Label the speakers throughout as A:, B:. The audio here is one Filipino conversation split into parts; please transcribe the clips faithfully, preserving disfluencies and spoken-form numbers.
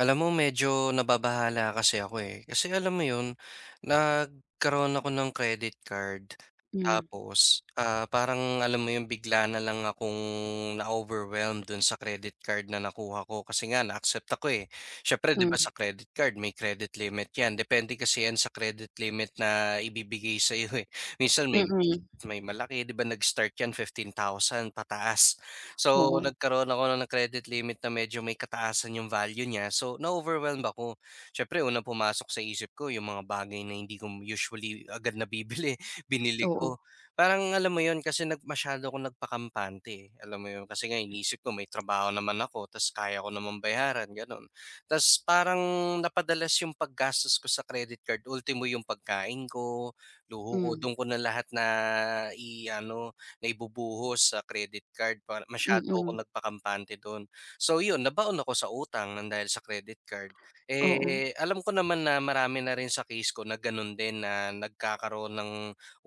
A: Alam mo medyo nababahala kasi ako, eh. Kasi alam mo 'yun, nagkaroon ako ng credit card
B: Hmm,
A: tapos, ah, parang alam mo 'yung bigla na lang akong na-overwhelmed dun sa credit card na nakuha ko kasi nga na-accept ako, eh. Syempre 'di ba
B: hmm,
A: sa credit card may credit limit 'yan, depende kasi 'yan sa credit limit na ibibigay sa sa'yo, eh. Minsan may
B: mm.
A: maliit, may malaki, 'di ba nag-start 'yan fifteen thousand pataas. So,
B: Oo,
A: nagkaroon ako ng credit limit na medyo may kataasan yung value niya. So, na-overwhelmed ako. Siyempre, una pumasok sa isip ko yung mga bagay na hindi ko usually agad nabibili, binili
B: oo,
A: ko. Parang alam mo yun, kasi nag, masyado akong nagpakampante, eh. Alam mo yun, kasi nga inisip ko may trabaho naman ako, tas kaya ko naman bayaran, ganun. Tas parang napadalas yung paggastos ko sa credit card. Ultimo yung pagkain ko, luho ko,
B: hmm,
A: doon ko na lahat na i-ano, naibubuhos sa credit card para masyado ako
B: mm,
A: nagpakampante do'n. So 'yun, nabaon ako sa utang ng dahil sa credit card.
B: oo,
A: Eh, alam ko naman na marami na rin sa case ko na gano'n din na nagkakaroon ng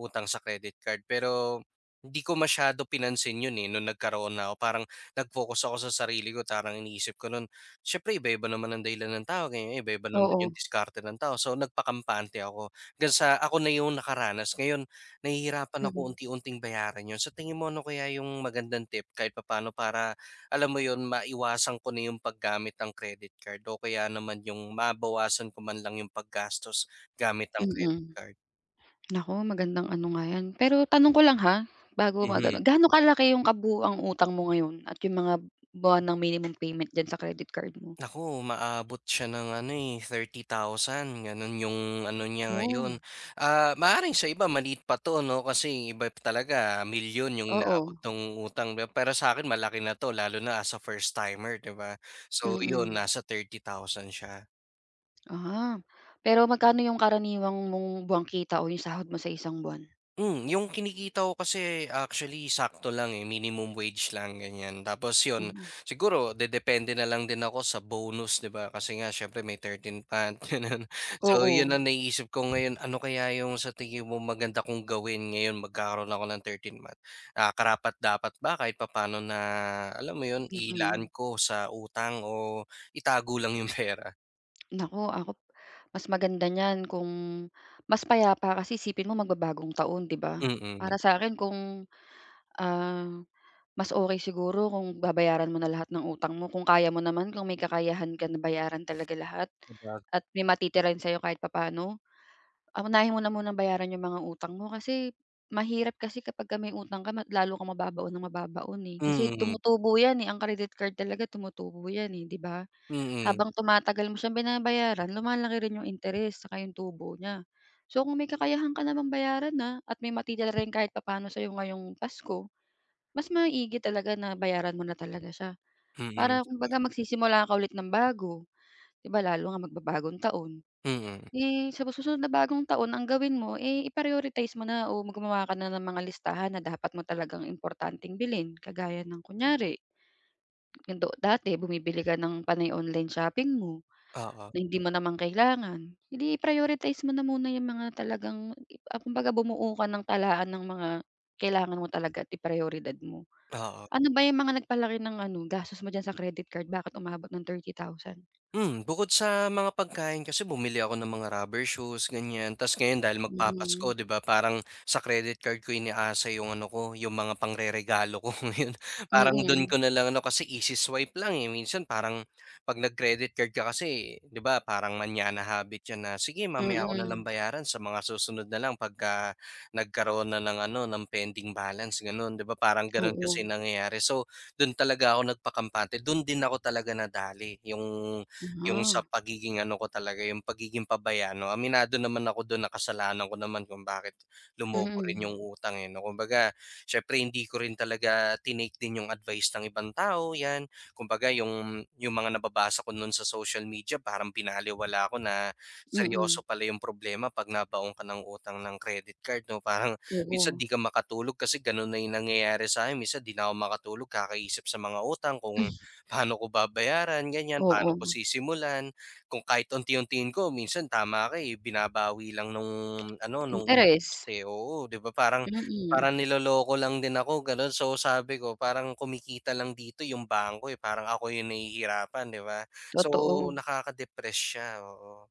A: utang sa credit card, pero hindi ko masyado pinansin 'yun, eh, nung nagkaroon na ako. Parang nag-focus ako sa sarili ko, parang iniisip ko nun, siyempre iba-iba naman ang dahilan ng tao, ganyan, iba-iba naman
B: oo,
A: yung diskarte ng tao, so nagpakampante ako hanggang sa ako na yung nakaranas. Ngayon nahihirapan ako
B: mm,
A: unti-unting bayaran 'yun. Sa tingin mo ano kaya yung magandang tip kahit papaano para, alam mo 'yun, maiwasan ko na yung paggamit ng credit card o kaya naman yung mabawasan ko man lang yung paggastos gamit ang credit
B: mm.
A: card?
B: Naku, magandang ano nga 'yan. Pero tanong ko lang ha, bago
A: Mhm.
B: mag-ano, gaano kalaki yung kabuuang utang mo ngayon at yung mga buwan ng minimum payment diyan sa credit card mo?
A: Naku, maabot siya ng ano, eh, thirty thousand gano'n yung ano niya
B: Oh,
A: ngayon. Ah, maaaring sa iba maliit pa 'to 'no, kasi iba pa talaga milyon yung
B: oo,
A: naabot ng utang 'di ba, pero sa'kin malaki na 'to lalo na as a first timer 'di ba. So 'yun,
B: mm.
A: nasa thirty thousand siya.
B: Ah, pero magkano yung karaniwang mong buwang kita o yung sahod mo sa isang buwan?
A: Hmm, yung kinikita ko kasi actually sakto lang, eh, minimum wage lang ganyan. Tapos yun,
B: Mm,
A: siguro dedepende na lang din ako sa bonus 'di ba, kasi nga siyempre may thirteen month gano'n. So yun
B: oo,
A: ang naiisip ko ngayon, ano kaya yung sa tingin mo maganda kong gawin ngayon magkakaroon ako ng thirteen month? Ah, karapat-dapat ba kahit papaano na alam mo yun,
B: mm.
A: ilaan ko sa utang o itago lang yung pera?
B: nako ako mas maganda niyan kung mas payapa kasi isipin mo magbabagong taon, 'di ba?
A: Mm,
B: Para sa akin kung, ah, mas okey siguro kung babayaran mo na lahat ng utang mo kung kaya mo naman, kung may kakayahan ka na bayaran talaga lahat
A: sabag.
B: at may matitira rin sa'yo kahit papaano, ah, unahin mo na munang bayaran yung mga utang mo kasi mahirap kasi kapagka may utang ka ma lalo kang mababaon ng mababaon, eh, kasi
A: Mm,
B: tumutubo yan, eh, ang credit card talaga tumutubo yan, eh, 'di ba?
A: mm,
B: Habang tumatagal mo siyang binabayaran lumalaki rin yung interes saka yung tubo niya. So kung may kakayahan ka namang bayaran na at may matitira rin kahit papaano sa'yo ngayong Pasko, mas maigi talaga na bayaran mo na talaga siya.
A: mm,
B: Para
A: sabag.
B: kumbaga magsisimula ka ulit ng bago, 'di ba lalo nga magbabagong taon.
A: Mm,
B: Eh, sa susunod na bagong taon ang gawin mo, eh, i-prioritize mo na o gumawa ka na ng mga listahan na dapat mo talagang importanteng bilhin. Kagaya ng kunyari, yung do dati bumibili ka ng panay online shopping mo,
A: oo,
B: na hindi mo naman kailangan, hindi i-prioritize mo na muna yung mga talagang ah, kumbaga bumuo ka ng talaan ng mga kailangan mo talaga at i-prioridad mo.
A: oo.
B: Ano ba yung mga nagpalaki ng ano, gastos mo diyan sa credit card, bakit umabot ng thirty thousand?
A: Hmm, bukod sa mga pagkain kasi bumili ako ng mga rubber shoes, ganyan. Tapos ngayon dahil magpapasko,
B: Mm,
A: 'di ba, parang sa credit card ko iniasa yung ano ko, yung mga pangreregalo ko ngayon. Parang dun
B: mm,
A: ko na lang ano, kasi easy swipe lang, eh. Minsan parang 'pag nag-credit card ka kasi, 'di ba, parang manyana habit 'yan na, sige mamaya ako na
B: mm,
A: lang bayaran sa mga susunod na lang pagka nagkaroon na ng ano, ng pending balance, gano'n. 'Di ba, parang gano'n
B: oo.
A: kasi nangyayari. So, dun talaga ako nagpakampante. Dun din ako talaga nadali, yung yung
B: Ah,
A: sa pagiging ano ko talaga, yung pagiging pabaya 'no, aminado naman ako dun na kasalanan ko naman kung bakit lumobo rin
B: mm,
A: yung utang, eh, 'no. Kumbaga siyempre hindi ko rin talaga tinake din yung advice ng ibang tao, 'yan. Kumbaga yung yung mga nababasa ko nun sa social media parang binaliwala ko na
B: mm,
A: seryoso pala yung problema 'pag nabaon ka ng utang ng credit card 'no. Parang
B: oo.
A: minsan 'di ka makatulog kasi ganun na yung nangyayari sa akin. Minsan 'di na ako makatulog kakaisip sa mga utang kung paano ko babayaran, ganyan,
B: Oo,
A: paano ko sisimulan. Kung kahit unti-untiin ko minsan tama ka, eh, binabawi lang nung ano, nung interest,
B: interes,
A: eh, oo, 'di ba parang
B: mm,
A: parang niloloko lang din ako gano'n. So, sabi ko parang kumikita lang dito yung bangko, eh, parang ako yung nahihirapan, 'di ba? So,
B: totoo.
A: nakakadepress siya, oo.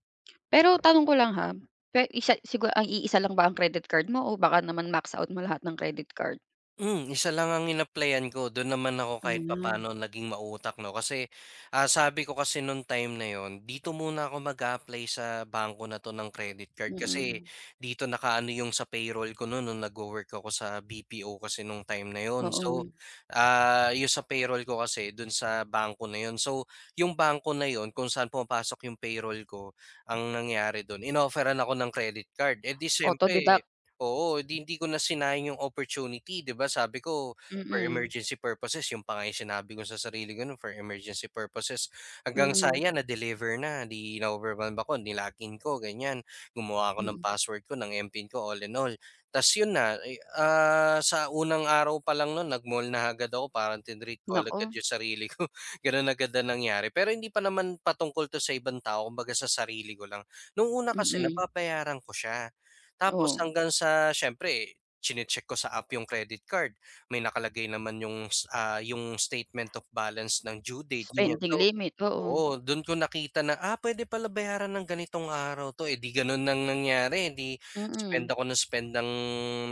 B: Pero tanong ko lang ha, pe isa siguro ang iisa lang ba ang credit card mo o baka naman max out mo lahat ng credit card?
A: Hmm, isa lang ang in-applyan ko, dun naman ako kahit
B: Hmm,
A: papaano naging mautak 'no, kasi, ah, sabi ko kasi nung time na yon, dito muna ako mag-a-apply sa bangko na 'to ng credit card kasi
B: mm.
A: dito nakaano yung sa payroll ko nun nung nag work ako sa B P O kasi nung time na yon.
B: Oo,
A: So, ah, yung sa payroll ko kasi dun sa bangko na yon. So, yung bangko na yon kung saan pumapasok yung payroll ko, ang nangyari dun inofferan ako ng credit card. Eh, di
B: auto
A: siyempre
B: deduct.
A: oo, di hindi ko na sinayang yung opportunity, 'di ba? Sabi ko, for
B: Mm,
A: emergency purposes, yung pa nga yung sinabi ko sa sarili ko nun, for emergency purposes. Hanggang sa
B: mm,
A: na-deliver na, di na-overwhelmed ako, nilakin ko, ganyan. Gumawa ako ng
B: mm.
A: password ko, ng M PIN ko, all in all. Tas yun na, eh, ah, sa unang araw pa lang nun, nag-mall na agad ako, parang tinreat ko agad
B: Naku,
A: yung sarili ko. Ganun agad na nangyari. Pero hindi pa naman patungkol to sa ibang tao, kumbaga sa sarili ko lang. Nung una kasi,
B: mm.
A: nababayaran ko siya. Tapos
B: Oh,
A: hanggang sa siyempre chine-check ko sa app yung credit card, may nakalagay naman yung s ah, yung statement of balance ng due date, ganyan.
B: spending
A: So
B: limit, oo.
A: oo, dun ko nakita na, ah, puwede pala bayaran ng ganitong araw 'to, eh, 'di ganun nang nangyari, eh, 'di spend
B: Mm,
A: ako na spend ng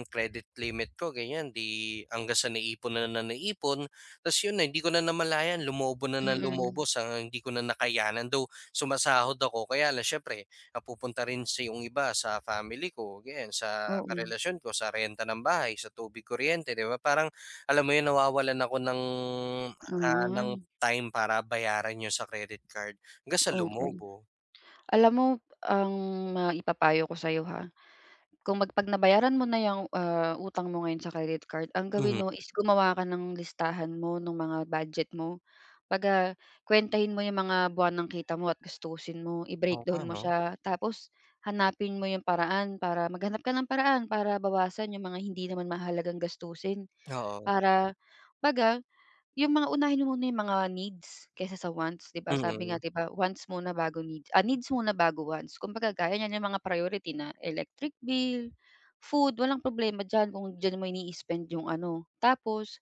A: credit limit ko ganyan, 'di hanggang sa naipon na na naipon, ta's yun na hindi ko na namalayan lumobo na na lumobo
B: mm.
A: sa hindi ko na nakayanan. Though sumasahod ako kaya lang siyempre napupunta rin sa yung iba sa family ko, ganyan, sa
B: Oo,
A: karelasyon ko, sa renta ng bahay, sa tubig, kuryente, 'di ba? Parang alam mo yun nawawalan ako ng, ah,
B: ah,
A: ng time para bayaran yun sa credit card hanggang sa
B: okey.
A: lumobo.
B: Alam mo ang maipapayo ko sa'yo ha, Kung mag 'pag nabayaran mo na yung ah, utang mo ngayon sa credit card, ang gawin
A: Mhm,
B: mo is gumawa ka ng listahan mo nung mga budget mo. baga Kwentahin mo 'yung mga buwan ng kita mo at gastusin mo,
A: oo
B: i-breakdown
A: nga
B: mo
A: 'no?
B: siya tapos hanapin mo 'yung paraan para maghanap ka ng paraan para bawasan 'yung mga hindi naman mahalagang gastusin.
A: Oo,
B: Para 'baga yung mga unahin mo muna yung mga needs kaysa sa wants, 'di ba? Sabi
A: mm,
B: nga, 'di ba, wants muna bago needs, ah, needs muna bago wants. Kumbaga gaya niyan yung mga priority na electric bill, food, walang problema diyan kung diyan mo ini-spend yung ano. Tapos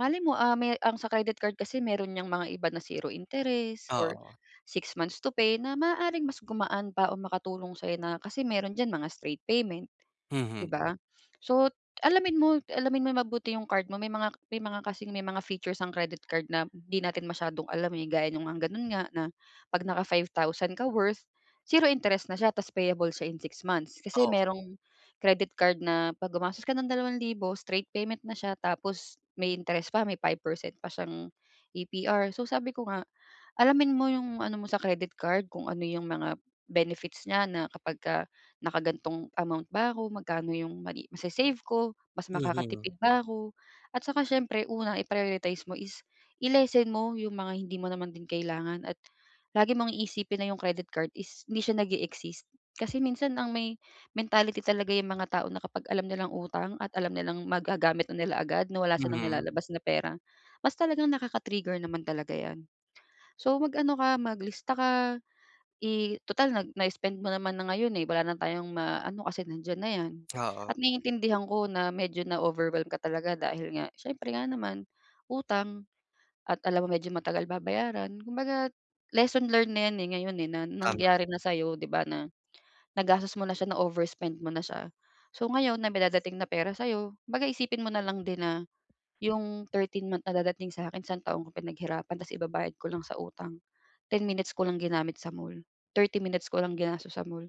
B: malay mo, ah, may ang sa credit card kasi meron niyang mga iba na zero interest or
A: oo,
B: six months to pay na maaaring mas gumaan pa o makatulong sa'yo na kasi meron diyan mga straight payment. 'Di
A: mhm,
B: ba? So, alamin mo alamin mo mabuti yung card mo may mga may mga kasing may mga features ang credit card na hindi natin masyadong alam, eh, gaya nung ang gano'n nga na 'pag naka five thousand ka worth, zero interest na siya ta's payable siya in six months. Kasi
A: oo,
B: merong credit card na 'pag gumastos ka ng two thousand straight payment na siya tapos may interest pa, may five percent pa siyang A P R. So, sabi ko nga alamin mo yung ano mo sa credit card kung ano yung mga benefits niya na kapag ka nakagan'tong amount ba ako, magkano yung mali mase-save ko, mas
A: mhm,
B: makakatipid ba ako. At saka siyempre una i-prioritize mo is i-lessen mo yung mga hindi mo naman din kailangan at lagi mong iisipin na yung credit card is hindi siya nag exist. Kasi minsan ang may mentality talaga yung mga tao na kapag alam nilang utang at alam nilang magagamit na nila agad na wala silang
A: mhm,
B: nilalabas na pera, mas talagang nakaka-trigger naman talaga 'yan. So, mag-ano ka, maglista ka, i total nag na-spend mo naman na ngayon, eh, wala na tayong maano kasi nandiyan na 'yan.
A: oo,
B: At naiintindihan ko na medyo na-overwhelm ka talaga dahil nga siyempre nga naman utang at alam mo medyo matagal babayaran. Kumbaga lesson learned na 'yan, eh, ngayon, eh, na
A: tama,
B: nangyari na sa'yo, 'di ba, na nagastos mo na siya, na-overspend mo na siya. So, ngayon na may dadating na pera sa'yo, kumbaga isipin mo na lang din na yung thirteen month na dadating sa akin isang taon ko pinaghirapan ta's ibabayad ko lang sa utang. Ten minutes ko lang ginamit sa mall, thirty minutes ko lang ginastos sa mall,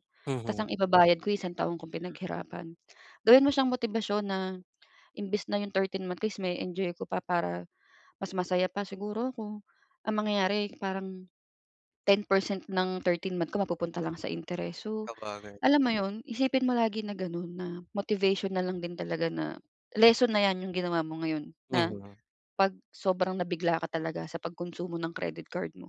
B: ta's
A: mhm,
B: ang ibabayad ko isang taon kong pinaghirapan. Gawin mo siyang motibasyon na imbes na yung thirteen month ko is ma enjoy ko pa para mas masaya pa siguro ako. Ang mangyayari parang ten percent ng thirteen month ko mapupunta lang sa interes. So,
A: sabagay,
B: alam mo yun, isipin mo lagi na gano'n na motivation na lang din talaga na lesson na 'yan yung ginawa mo ngayon na
A: mhm.
B: 'pag sobrang nabigla ka talaga sa pagkonsumo ng credit card mo.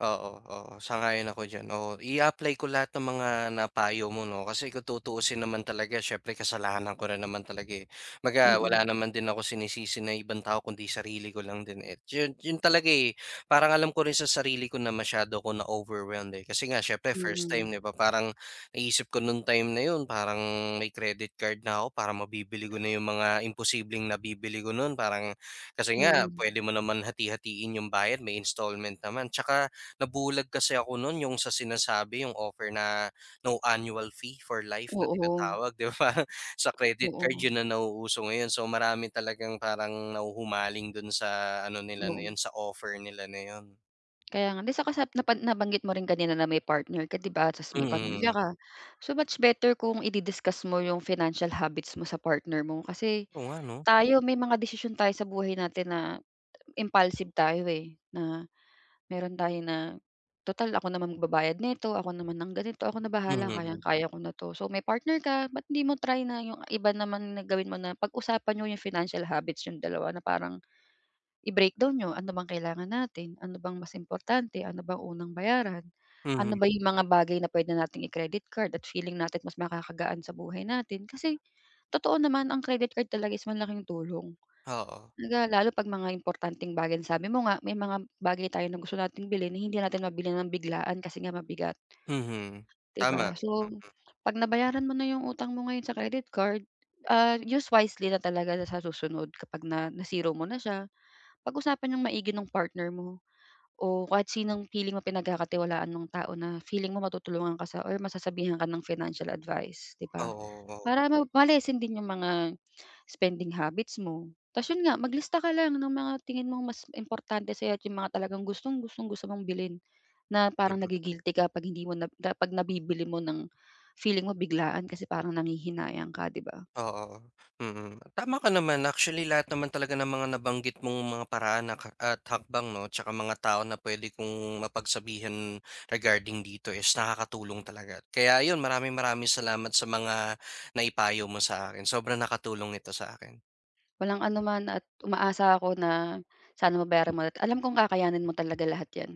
A: Oo, oo, sang-ayon ako diyan. Oo, i-a-apply ko lahat ng mga napayo mo 'no, kasi kung tutuusin naman talaga siyempre kasalanan ko rin naman talaga, eh. 'Baga wala
B: Mm,
A: naman din ako sinisisi na ibang tao kundi sarili ko lang din, eh. Yun yun talaga, eh, parang alam ko rin sa sarili ko na masyado ko na-overwhelmed, eh. Kasi nga siyempre first time,
B: mm,
A: 'di ba, parang naisip ko nung time na yun parang may credit card na ako para mabibili ko na yung mga imposibleng nabibili ko nun. Parang kasi nga
B: mm.
A: pwede mo naman hati-hatiin yung bayad, may installment naman. Tsaka nabulag kasi ako nun yung sa sinasabi yung offer na no annual fee for life na
B: Oo,
A: tinatawag, 'di ba? Sa credit card
B: oo,
A: yun ang nauuso ngayon. So marami talagang parang nahuhumaling dun sa ano nila na
B: oo.
A: yun, sa offer nila na yun.
B: Kaya nga, 'di saka sa napa nabanggit mo rin kanina na may partner ka 'di ba, ta's may pamilya
A: Mm.
B: ka. So, much better kung idi-discuss mo yung financial habits mo sa partner mo kasi
A: Oo nga 'no?
B: tayo may mga desisyon tayo sa buhay natin na impulsive tayo, eh, na meron tayo na, total ako naman magbabayad nito, ako naman ng ganito, ako na
A: Mm,
B: bahala,
A: mm, mm.
B: kayang-kaya ko na 'to." So, may partner ka, ba't hindi mo try na yung iba naman na gawin mo na pag-usapan niyo yung financial habits niyong dalawa na parang i-breakdown niyo, ano bang kailangan natin, ano bang mas importante, ano bang unang bayaran,
A: Mm,
B: ano ba yung mga bagay na pwede nating i-credit card at feeling natin mas makakagaan sa buhay natin. Kasi totoo naman ang credit card talaga is malaking tulong.
A: oo,
B: Talaga lalo 'pag mga importanteng bagay na sabi mo nga, may mga bagay tayo na gusto nating bilhin na hindi natin mabili ng biglaan kasi nga mabigat,
A: mhm.
B: 'di
A: Tama,
B: ba? So, 'pag nabayaran mo na yung utang mo ngayon sa credit card, ah, use wisely na talaga sa susunod kapag na na-zero mo na siya. Pag-usapan niyang maigi nung partner mo o kahit sinong feeling mo pinagkakatiwalaan nung tao na feeling mo matutulungan ka sa or masasabihan ka ng financial advice, 'di ba?
A: oo, oo.
B: Para ma ma-lessen din yung mga spending habits mo. Ta's yun nga, maglista ka lang ng mga tingin mong mas importante sa'yo at yung mga talagang gustong gustong-gusto mong bilhin na
A: Mm,
B: parang
A: mm.
B: nagi-guilty ka 'pag hindi mo na na 'pag nabibili mo ng feeling mo biglaan kasi parang nanghihinayang ka, 'di ba?
A: Oo, mm. Tama ka naman actually lahat naman talaga ng mga nabanggit mong mga paraan na ka at hakbang 'no, tsaka mga tao na puwede kong mapagsabihan regarding dito is nakakatulong talaga. Kaya ayun, maraming maraming salamat sa mga naipayo mo sa akin. Sobrang nakatulong ito sa akin.
B: Walang anuman at umaasa ako na sana mabayaran mo at alam kong kakayanin mo talaga lahat 'yan.